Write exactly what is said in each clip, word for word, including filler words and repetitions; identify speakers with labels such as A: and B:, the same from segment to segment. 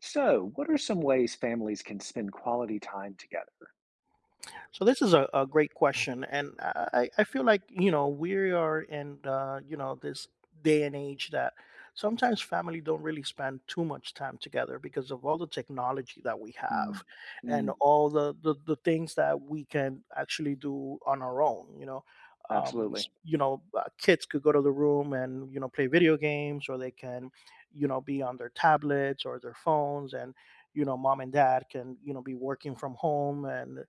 A: So, what are some ways families can spend quality time together?
B: So this is a, a great question, and I, I feel like you know we are in uh, you know this day and age that sometimes family don't really spend too much time together because of all the technology that we
A: Mm,
B: have and
A: mm,
B: all the the, the things that we can actually do on our own. You know, um, s-
A: absolutely.
B: you know uh, kids could go to the room and you know play video games, or they can you know be on their tablets or their phones, and you know mom and dad can you know be working from home, and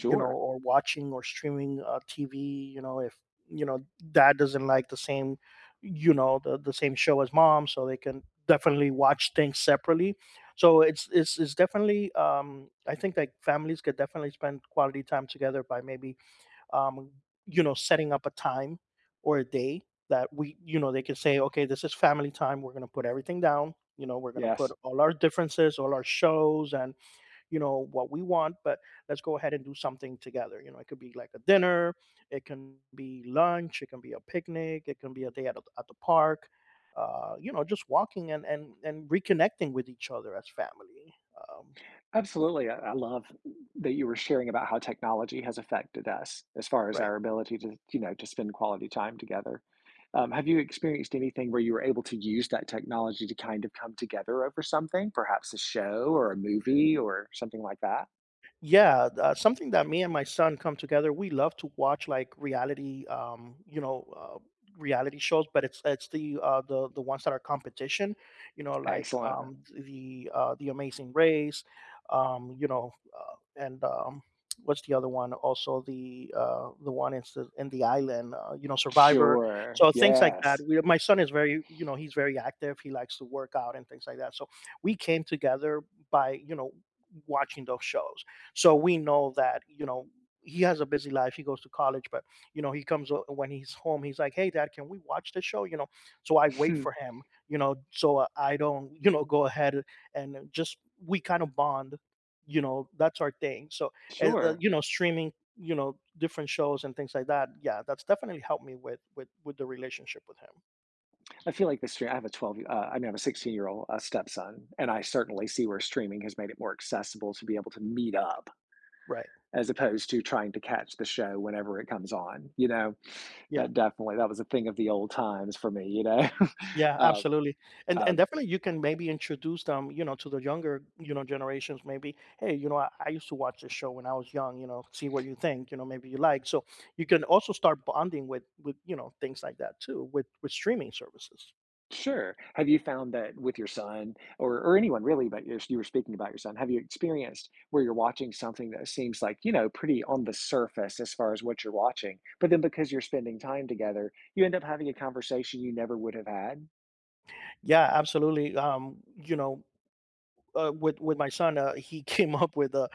B: you know, or watching or streaming uh, T V, you know, if you know dad doesn't like the same, you know, the, the same show as mom, so they can definitely watch things separately. So it's it's it's definitely, um, I think, like, families could definitely spend quality time together by maybe, um, you know setting up a time or a day that we you know they can say, okay, this is family time. We're going to put everything down. You know we're going to put
A: Yes.
B: all our differences, all our shows, and you know what we want, but let's go ahead and do something together. You know it could be like a dinner, it can be lunch, it can be a picnic, it can be a day at, a, at the park. uh, you know just walking and, and and reconnecting with each other as family. Um,
A: Absolutely. I, I love that you were sharing about how technology has affected us as far as
B: right.
A: our ability to, you know, to spend quality time together. Um, have you experienced anything where you were able to use that technology to kind of come together over something, perhaps a show or a movie or something like that?
B: Yeah, uh, something that me and my son come together. We love to watch, like, reality, um, you know, uh, reality shows, but it's it's the uh, the the ones that are competition, you know, like,
A: Excellent.
B: um, the uh, the Amazing Race, um, you know, uh, and, um, what's the other one? Also the uh, the one in the in the island, uh, you know, Survivor.
A: Sure.
B: So things like that.
A: Yes.
B: We, my son is very, you know, he's very active. He likes to work out and things like that. So we came together by, you know watching those shows, so we know that you know he has a busy life. He goes to college, but you know he comes o- when he's home, he's like, hey, dad, can we watch the show, you know so I wait for him, you know so uh, I don't, you know go ahead and just we kind of bond, you know that's our thing. So uh, uh,
A: Sure.
B: you know streaming, you know different shows and things like that. Yeah, that's definitely helped me with with with the relationship with him.
A: I feel like the stream. I have a twelve, uh, I mean, I have a sixteen year old uh, stepson, and I certainly see where streaming has made it more accessible to be able to meet up
B: Right.
A: as opposed to trying to catch the show whenever it comes on. You know,
B: Yeah.
A: that definitely that was a thing of the old times for me. You know,
B: Yeah,
A: um,
B: absolutely. And
A: uh,
B: and definitely you can maybe introduce them, you know, to the younger, you know, generations. Maybe, hey, you know, I, I used to watch this show when I was young, you know, see what you think, you know, maybe you like. So you can also start bonding with with, you know, things like that too, with with streaming services.
A: sure. Have you found that with your son or or anyone really, but if you were speaking about your son, have you experienced where you're watching something that seems like, you know, pretty on the surface as far as what you're watching, but then because you're spending time together, you end up having a conversation you never would have had?
B: Yeah, absolutely. Um, you know, uh, with with my son, uh, he came up with, uh,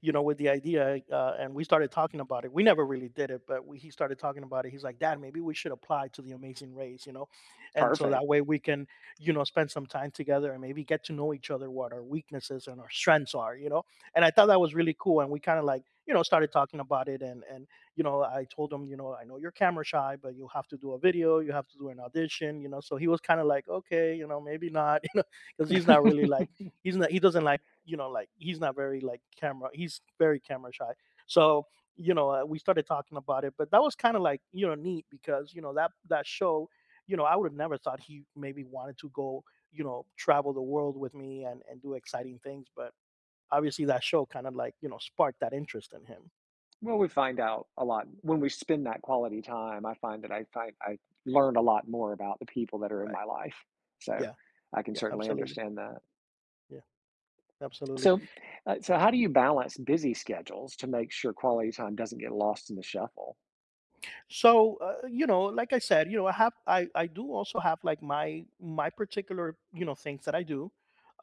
B: you know, with the idea, uh, and we started talking about it. We never really did it, but we, he started talking about it. He's like, "Dad, maybe we should apply to the Amazing Race," you know, and so that
A: Perfect.
B: way we can, you know, spend some time together and maybe get to know each other, what our weaknesses and our strengths are, you know. And I thought that was really cool, and we kind of, like, you know, started talking about it, and and you know, I told him, you know, I know you're camera shy, but you have to do a video, you have to do an audition, you know. So he was kind of like, okay, you know, maybe not, you know, because he's not really like, he's not, he doesn't like, you know, like, he's not very like camera. He's very camera shy. So, you know, uh, we started talking about it, but that was kind of like, you know neat, because you know that that show, you know, I would have never thought he maybe wanted to go, you know, travel the world with me and and do exciting things, but obviously that show kind of like you know sparked that interest in him.
A: Well, we find out a lot when we spend that quality time. I find that I find I learn a lot more about the people that are in
B: Right.
A: my life. So
B: Yeah.
A: I can
B: Yeah.
A: certainly
B: Absolutely.
A: understand that.
B: Yeah. Absolutely.
A: So, uh, so how do you balance busy schedules to make sure quality time doesn't get lost in the shuffle?
B: So, uh, you know like I said, you know i have i i do also have like my my particular, you know things that I do.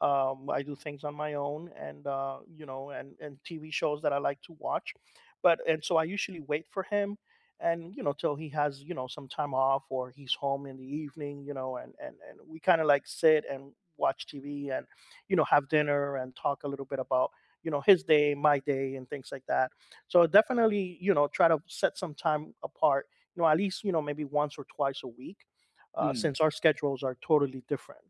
B: um I do things on my own, and, uh you know and and TV shows that I like to watch. But and So I usually wait for him, and you know till he has, you know some time off, or he's home in the evening, you know and and and we kind of like sit and watch TV, and you know have dinner and talk a little bit about, you know his day, my day, and things like that. So definitely, you know, try to set some time apart, you know, at least, you know, maybe once or twice a week, uh,
A: Mm,
B: since our schedules are totally different.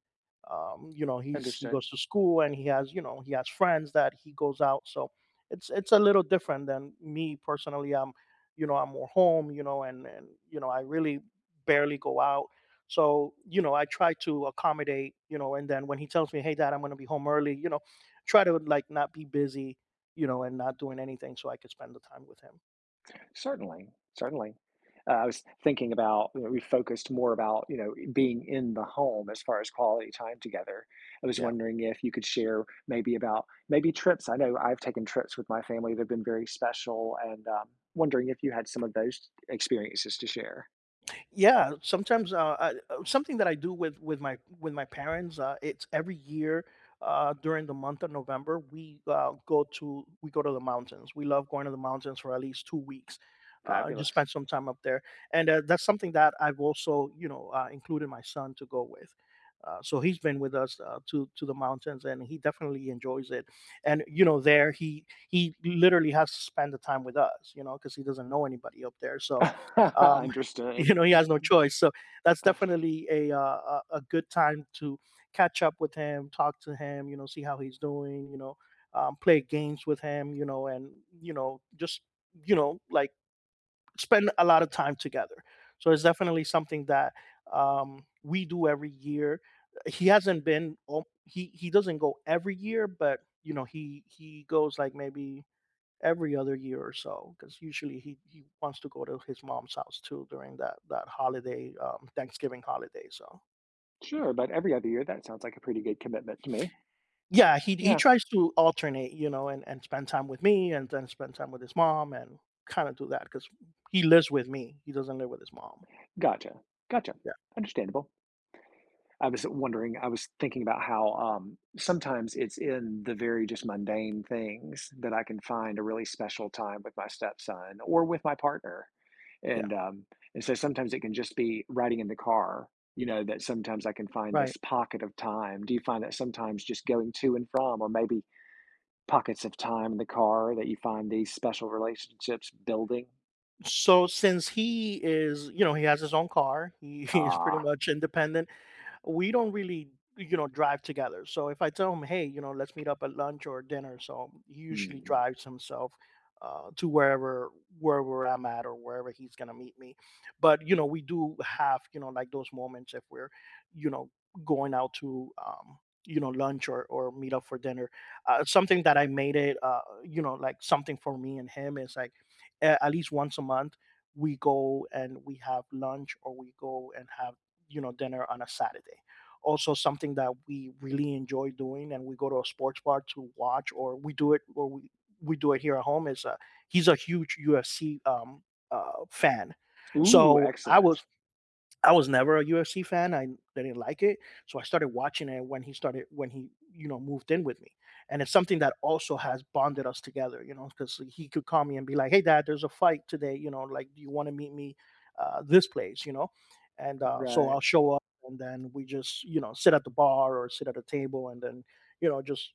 B: Um, you know, he's he
A: understood.
B: goes to school, and he has, you know, he has friends that he goes out. So it's it's a little different than me personally. I'm, you know, I'm more home, you know, and and you know, I really barely go out. So, you know, I try to accommodate, you know, and then when he tells me, hey, dad, I'm going to be home early, you know, try to like not be busy, you know, and not doing anything, so I could spend the time with him.
A: Certainly, certainly. Uh, I was thinking about, you know, we focused more about, you know, being in the home as far as quality time together. I was
B: Yeah.
A: wondering if you could share maybe about maybe trips. I know I've taken trips with my family that have been very special, and um, wondering if you had some of those experiences to share.
B: Yeah, sometimes, uh, I, uh, something that I do with with my with my parents. Uh, it's every year, uh, during the month of November, we, uh, go to we go to the mountains. We love going to the mountains for at least two weeks. Uh, just
A: Fabulous.
B: spend some time up there, and, uh, that's something that I've also, you know uh, included my son to go with. Uh, so he's been with us, uh, to to the mountains, and he definitely enjoys it. And, you know, there he he literally has to spend the time with us, you know, because he doesn't know anybody up there. So, um, you
A: Understood.
B: know he has no choice. So that's definitely a, uh, a a good time to catch up with him, talk to him, you know see how he's doing, you know um, play games with him, you know and, you know just you know like spend a lot of time together. So it's definitely something that, um, we do every year. He hasn't been, al- he he doesn't go every year, but you know he he goes like maybe every other year or so, because usually he he wants to go to his mom's house too during that, that holiday, um Thanksgiving holiday. So
A: Sure, but every other year, that sounds like a pretty good commitment to me.
B: yeah, he he
A: Yeah,
B: tries to alternate, you know and and spend time with me, and then spend time with his mom, and kind of do that, because he lives with me, he doesn't live with his mom.
A: gotcha. Gotcha.
B: Yeah.
A: Understandable. I was wondering, I was thinking about how um, sometimes it's in the very just mundane things that I can find a really special time with my stepson or with my partner.
B: Yeah.
A: And um, and so sometimes it can just be riding in the car, you know, that sometimes I can find
B: Right.
A: this pocket of time. Do you find that sometimes just going to and from, or maybe pockets of time in the car that you find these special relationships building?
B: So since he is, you know he has his own car, he, he's pretty
A: Ah,
B: much independent. We don't really, you know drive together. So if I tell him, hey, you know let's meet up at lunch or dinner, so he usually
A: mm.
B: drives himself, uh, to wherever, wherever I'm at, or wherever he's gonna meet me. But you know we do have, you know like, those moments if we're, you know going out to, um you know lunch, or or meet up for dinner. Uh, something that I made it, uh you know like something for me and him, is like, a- at least once a month, we go and we have lunch, or we go and have, you know dinner on a Saturday. Also, something that we really enjoy doing, and we go to a sports bar to watch, or we do it, or we we do it here at home. Is, uh, he's a huge U F C, um, uh, fan.
A: Ooh,
B: So I was
A: excellent.
B: I was never a U F C fan. I didn't like it, so I started watching it when he started, when he, you know moved in with me. And it's something that also has bonded us together. You know, because he could call me and be like, "Hey, Dad, there's a fight today. You know, like, do you want to meet me, uh, this place? You know." And, uh, so I'll
A: Right.
B: show up, and then we just, you know sit at the bar or sit at a table, and then, you know just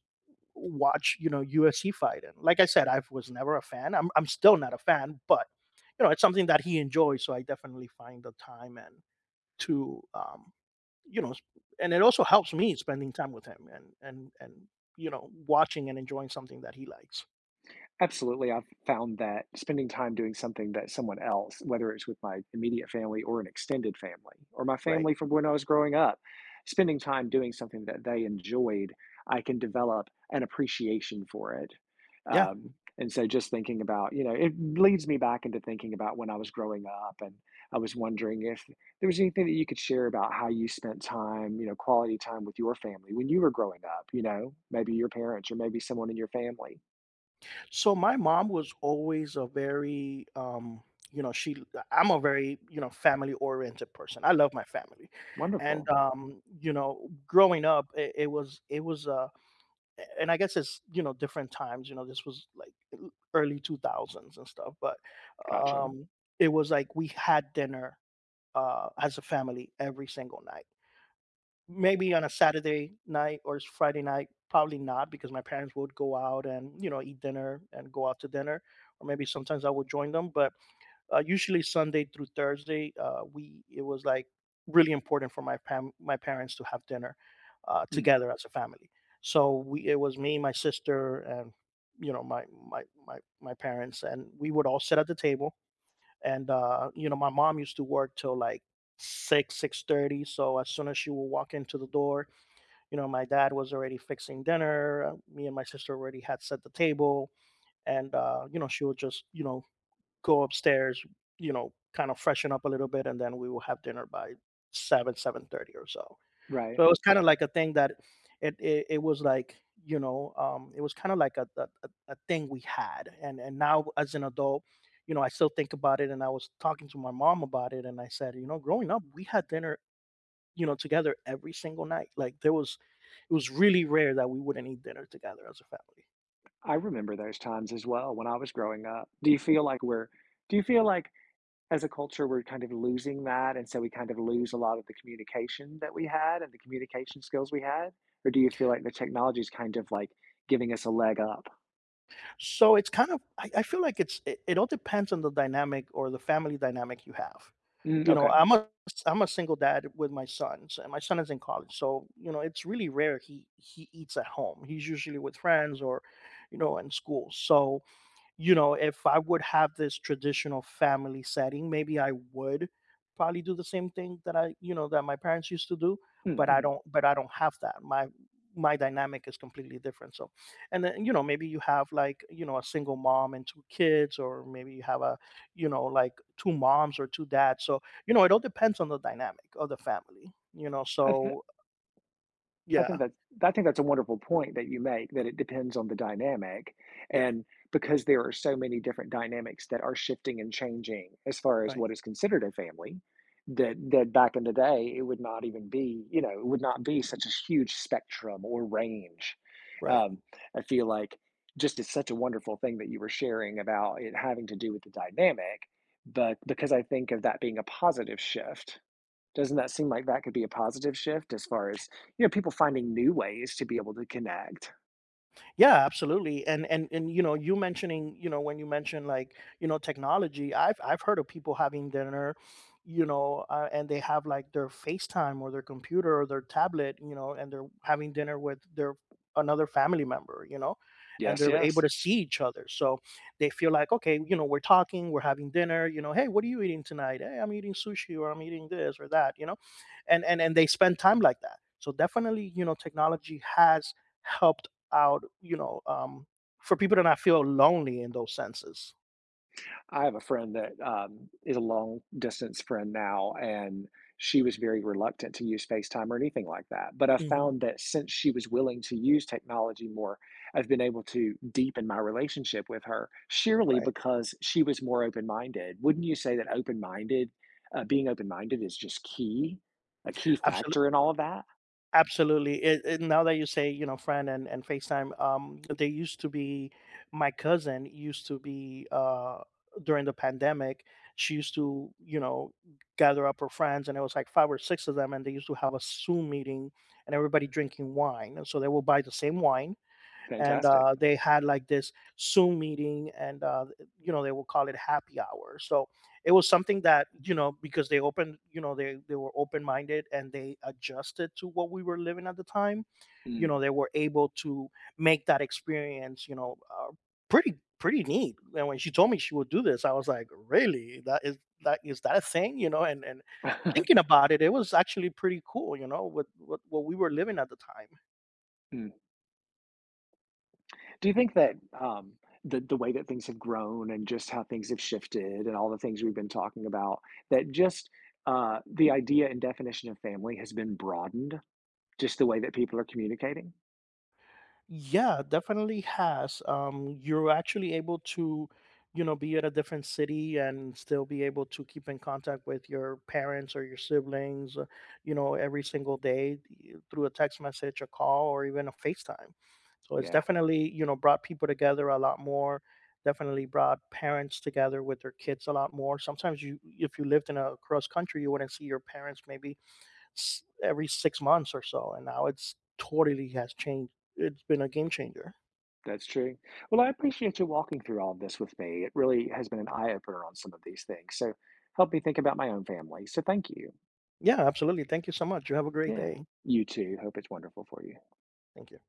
B: watch, you know U F C fight. And like I said, I was never a fan. I'm I'm still not a fan, but you know it's something that he enjoys, so I definitely find the time and to um, you know, and it also helps me spending time with him and and and you know, watching and enjoying something that he likes,
A: Absolutely. I've found that spending time doing something that someone else, whether it's with my immediate family or an extended family or my
B: right?
A: family from when I was growing up, spending time doing something that they enjoyed, I can develop an appreciation for it.
B: Yeah.
A: Um, and so just thinking about, you know, it leads me back into thinking about when I was growing up. And I was wondering if there was anything that you could share about how you spent time, you know, quality time with your family when you were growing up, you know, maybe your parents or maybe someone in your family.
B: So my mom was always a very, um you know she— I'm a very, you know family oriented person. I love my family. And,
A: Wonderful.
B: um you know growing up, it, it was, it was uh a- and I guess it's, you know different times. You know this was, like, early two thousands and stuff. But
A: Gotcha.
B: um it was like we had dinner, uh, as a family every single night. Maybe on a Saturday night or s- Friday night, probably not, because my parents would go out and you know eat dinner and go out to dinner, or maybe sometimes I would join them. But uh, usually Sunday through Thursday, uh, we it was like really important for my pam- my parents to have dinner, uh,
A: Mm,
B: together as a family. So, we it was me, my sister, and you know my my my my parents, and we would all sit at the table. And, uh, you know my mom used to work till, like, six six thirty, so as soon as she would walk into the door, you know my dad was already fixing dinner. Uh, me and my sister already had set the table, and, uh, you know she would just, you know go upstairs, you know kind of freshen up a little bit, and then we will have dinner by seven seven thirty or so. So
A: right.
B: it was kinda like a thing that— it it it was like, you know, um, it was kinda like a a a a thing we had. And and now, as an adult, you know, I still think about it, and I was talking to my mom about it, and I said, "You know, growing up, we had dinner, you know, together every single night." Like, there was it was really rare that we wouldn't eat dinner together as a family.
A: I remember those times as well when I was growing up. Do you feel like we're do you feel like as a culture we're kind of losing that and so we kind of lose a lot of the communication that we had and the communication skills we had? Or do you feel like the technology is kind of like giving us a leg up?
B: So it's kind of— I, I feel like it's it, it all depends on the dynamic, or the family dynamic, you have.
A: Mm,
B: You know,
A: okay.
B: I'm a ai I'm a single dad with my sons, and my son is in college. So, you know, it's really rare he he eats at home. He's usually with friends or, you know, in school. So, you know, if I would have this traditional family setting, maybe I would probably do the same thing that I, you know, that my parents used to do,
A: Mm,
B: but I
A: mhm.
B: don't but I don't have that. My my dynamic is completely different. So, and then, you know, maybe you have, like, you know, a single mom and two kids, or maybe you have a, you know, like, two moms or two dads. So, you know, it all depends on the dynamic of the family, you know.
A: I, th-
B: So,
A: I
B: yeah.
A: think that's I think that's a wonderful point that you make that it depends on the dynamic,
B: Yeah.
A: and because there are so many different dynamics that are shifting and changing as far as
B: Right.
A: what is considered a family that that back in the day it would not even be, you know, it would not be such a huge spectrum or range.
B: Right.
A: Um, I feel like just it's such a wonderful thing that you were sharing about it having to do with the dynamic, but because I think of that being a positive shift, doesn't that seem like that could be a positive shift as far as, you know, people finding new ways to be able to connect?
B: Yeah, absolutely. And and and you know, you mentioning, you know, when you mention, like, you know, technology, I've I've heard of people having dinner, you know, uh, and they have, like, their FaceTime or their computer or their tablet, you know, and they're having dinner with their another family member, you know, and
A: Yes,
B: they're able
A: yes.
B: to see each other. So they feel like, okay, you know, we're talking, we're having dinner, you know, hey, what are you eating tonight? Hey, I'm eating sushi, or I'm eating this or that, you know. And and and they spend time like that. So, definitely, you know, technology has helped out, you know, um, for people to not feel lonely in those senses.
A: I have a friend that um, is a long distance friend now, and she was very reluctant to use FaceTime or anything like that. But I
B: Mhm.
A: found that since she was willing to use technology more, I've been able to deepen my relationship with her, surely
B: Right.
A: because she was more open minded. Wouldn't you say that open minded, uh, being open minded is just key, a key
B: Absolutely.
A: factor in all of that?
B: Absolutely. It, it- now that you say, you know, friend, and, and FaceTime, um, they used to be, my cousin used to be, uh, during the pandemic, she used to, you know, gather up her friends, and it was like five or six of them. And they used to have a Zoom meeting, and everybody drinking wine. And so they will buy the same wine, and,
A: Fantastic.
B: uh, they had, like, this Zoom meeting. And, uh, you know they will call it happy hour. So it was something that, you know because they opened— you know they they were open minded and they adjusted to what we were living at the time. You know, they were able to make that experience, you know, uh, pretty pretty neat. And when she told me she would do this, I was like, really? That is that is that a thing? You know. And and thinking about it, it was actually pretty cool. You know, with what what we were living at the time.
A: Mm. Do you think that, um, the the way that things have grown and just how things have shifted and all the things we've been talking about, that just, uh, the idea and definition of family has been broadened, just the way that people are communicating?
B: Yeah, definitely has. Um, you're actually able to, you know, be at a different city, and still be able to keep in contact with your parents or your siblings, uh, you know, every single day y- through a text message, a call, or even a FaceTime. So it's
A: Yeah,
B: definitely, you know, brought people together a lot more. Definitely brought parents together with their kids a lot more. Sometimes you, if you lived in a cross country, you wouldn't see your parents maybe s- every six months or so, and now it's totally has changed. It's been a game changer.
A: that's true. Well, I appreciate you walking through all of this with me. It really has been an eye-opener on some of these things, so help me think about my own family, so thank you.
B: Yeah, absolutely. Thank you so much. You have a great
A: Yeah.
B: day.
A: You too. Hope it's wonderful for you.
B: Thank you.